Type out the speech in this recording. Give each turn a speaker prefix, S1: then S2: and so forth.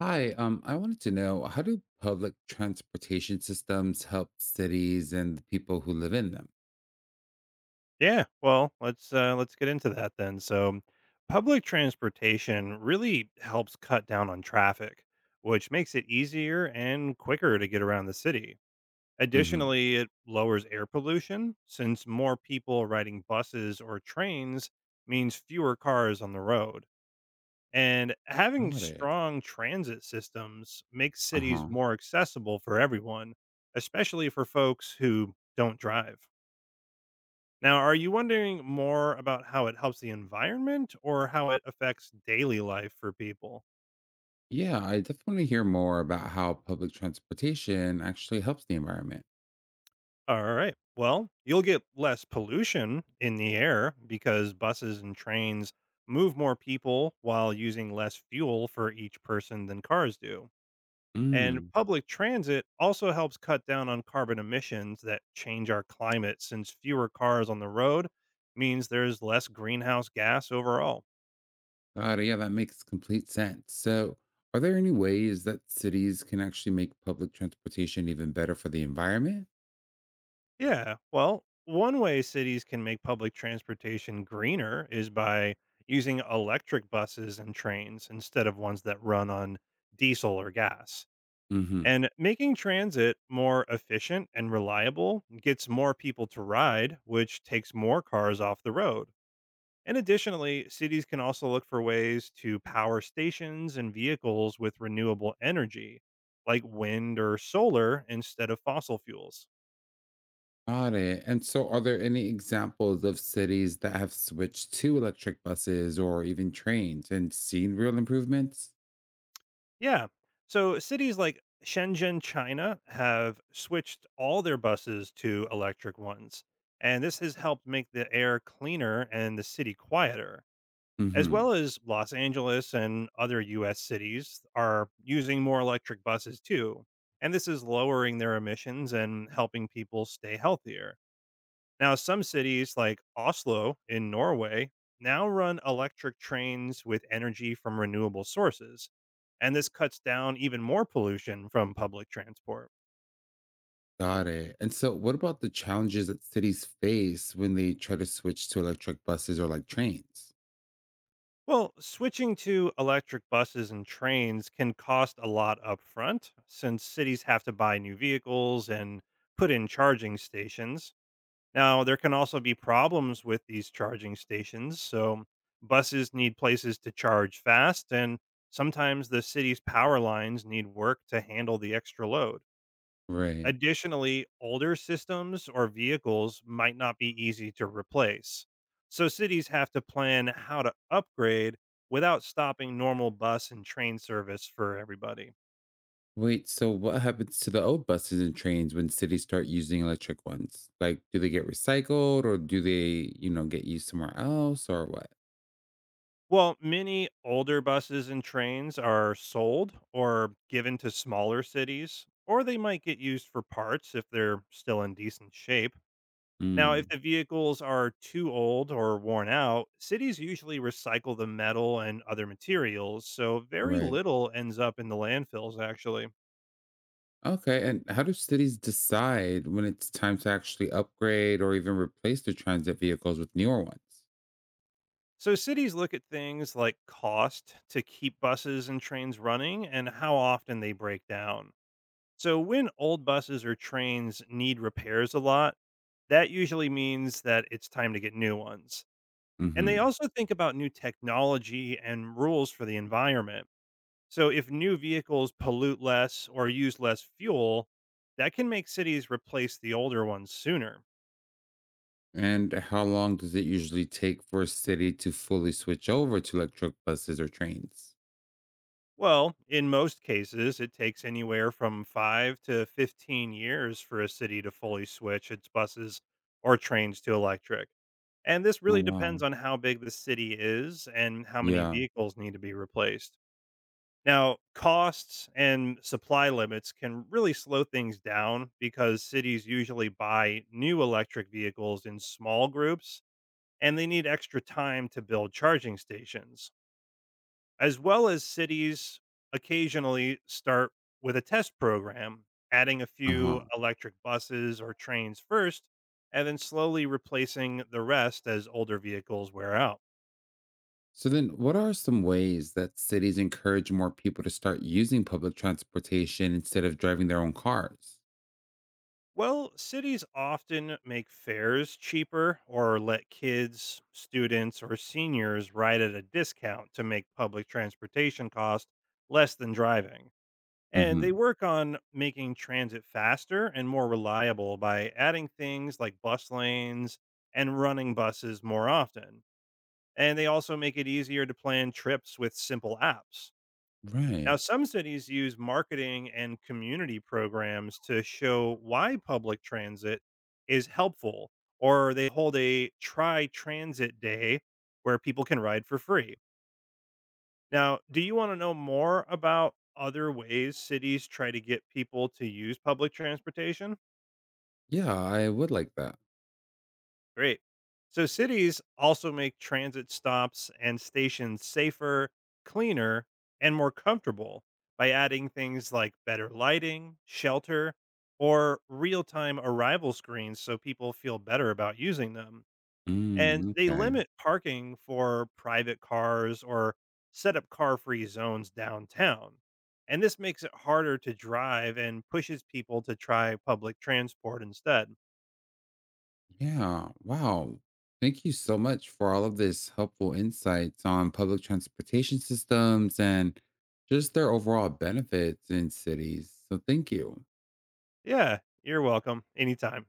S1: Hi, I wanted to know, how do public transportation systems help cities and the people who live in them?
S2: Yeah, well, let's get into that then. So, public transportation really helps cut down on traffic, which makes it easier and quicker to get around the city.
S1: Hmm.
S2: Additionally, it lowers air pollution since more people riding buses or trains means fewer cars on the road. And having
S1: Got it.
S2: strong transit systems makes cities
S1: Uh-huh.
S2: more accessible for everyone, especially for folks who don't drive. Now, are you wondering more about how it helps the environment or how it affects daily life for people?
S1: Yeah, I definitely want to hear more about how public transportation actually helps the environment.
S2: All right. Well, you'll get less pollution in the air because buses and trains move more people while using less fuel for each person than cars do. And
S1: Mm.
S2: public transit also helps cut down on carbon emissions that change our climate since fewer cars on the road means there's less greenhouse gas overall.
S1: Got it. Yeah, that makes complete sense. So, are there any ways that cities can actually make public transportation even better for the environment?
S2: Yeah. Well, one way cities can make public transportation greener is by using electric buses and trains instead of ones that run on diesel or gas.
S1: Mm-hmm.
S2: And making transit more efficient and reliable gets more people to ride, which takes more cars off the road. And additionally, cities can also look for ways to power stations and vehicles with renewable energy, like wind or solar, instead of fossil fuels.
S1: Got it. And so, are there any examples of cities that have switched to electric buses or even trains and seen real improvements?
S2: Yeah. So cities like Shenzhen, China have switched all their buses to electric ones. And this has helped make the air cleaner and the city quieter, as
S1: Hmm.
S2: well as Los Angeles and other US cities are using more electric buses too. And this is lowering their emissions and helping people stay healthier. Now, some cities like Oslo in Norway now run electric trains with energy from renewable sources, and this cuts down even more pollution from public transport.
S1: Got it. And so, what about the challenges that cities face when they try to switch to electric buses or like trains?
S2: Well, switching to electric buses and trains can cost a lot upfront since cities have to buy new vehicles and put in charging stations. Now, there can also be problems with these charging stations. So, buses need places to charge fast, and sometimes the city's power lines need work to handle the extra load.
S1: Right.
S2: Additionally, older systems or vehicles might not be easy to replace. So, cities have to plan how to upgrade without stopping normal bus and train service for everybody.
S1: Wait, so what happens to the old buses and trains when cities start using electric ones? Like, do they get recycled or do they, get used somewhere else or what?
S2: Well, many older buses and trains are sold or given to smaller cities, or they might get used for parts if they're still in decent shape. Now, if
S1: Mm,
S2: the vehicles are too old or worn out, cities usually recycle the metal and other materials, so very
S1: right.
S2: little ends up in the landfills, actually.
S1: Okay, and how do cities decide when it's time to actually upgrade or even replace their transit vehicles with newer ones?
S2: So, cities look at things like cost to keep buses and trains running and how often they break down. So, when old buses or trains need repairs a lot, that usually means that it's time to get new ones. And they
S1: Hmm.
S2: also think about new technology and rules for the environment. So, if new vehicles pollute less or use less fuel, that can make cities replace the older ones sooner.
S1: And how long does it usually take for a city to fully switch over to electric buses or trains?
S2: Well, in most cases, it takes anywhere from 5 to 15 years for a city to fully switch its buses or trains to electric. And this
S1: Oh,
S2: really depends
S1: wow.
S2: on how big the city is and how many
S1: Yeah.
S2: vehicles need to be replaced. Now, costs and supply limits can really slow things down because cities usually buy new electric vehicles in small groups and they need extra time to build charging stations as well as cities occasionally start with a test program, adding a
S1: Uh
S2: few
S1: huh.
S2: electric buses or trains first, and then slowly replacing the rest as older vehicles wear out.
S1: So then, what are some ways that cities encourage more people to start using public transportation instead of driving their own cars?
S2: Well, cities often make fares cheaper or let kids, students, or seniors ride at a discount to make public transportation cost less than driving. And they
S1: Hmm.
S2: work on making transit faster and more reliable by adding things like bus lanes and running buses more often. And they also make it easier to plan trips with simple apps. Now,
S1: Right.
S2: some cities use marketing and community programs to show why public transit is helpful, or they hold a try transit day where people can ride for free. Now, do you want to know more about other ways cities try to get people to use public transportation?
S1: Yeah, I would like that.
S2: Great. So, cities also make transit stops and stations safer, cleaner, and more comfortable by adding things like better lighting, shelter, or real time arrival screens so people feel better about using them. And
S1: Mm,
S2: they
S1: okay.
S2: limit parking for private cars or set up car free zones downtown. And this makes it harder to drive and pushes people to try public transport instead.
S1: Yeah. Wow. Thank you so much for all of this helpful insights on public transportation systems and just their overall benefits in cities. So, thank you.
S2: Yeah, you're welcome. Anytime.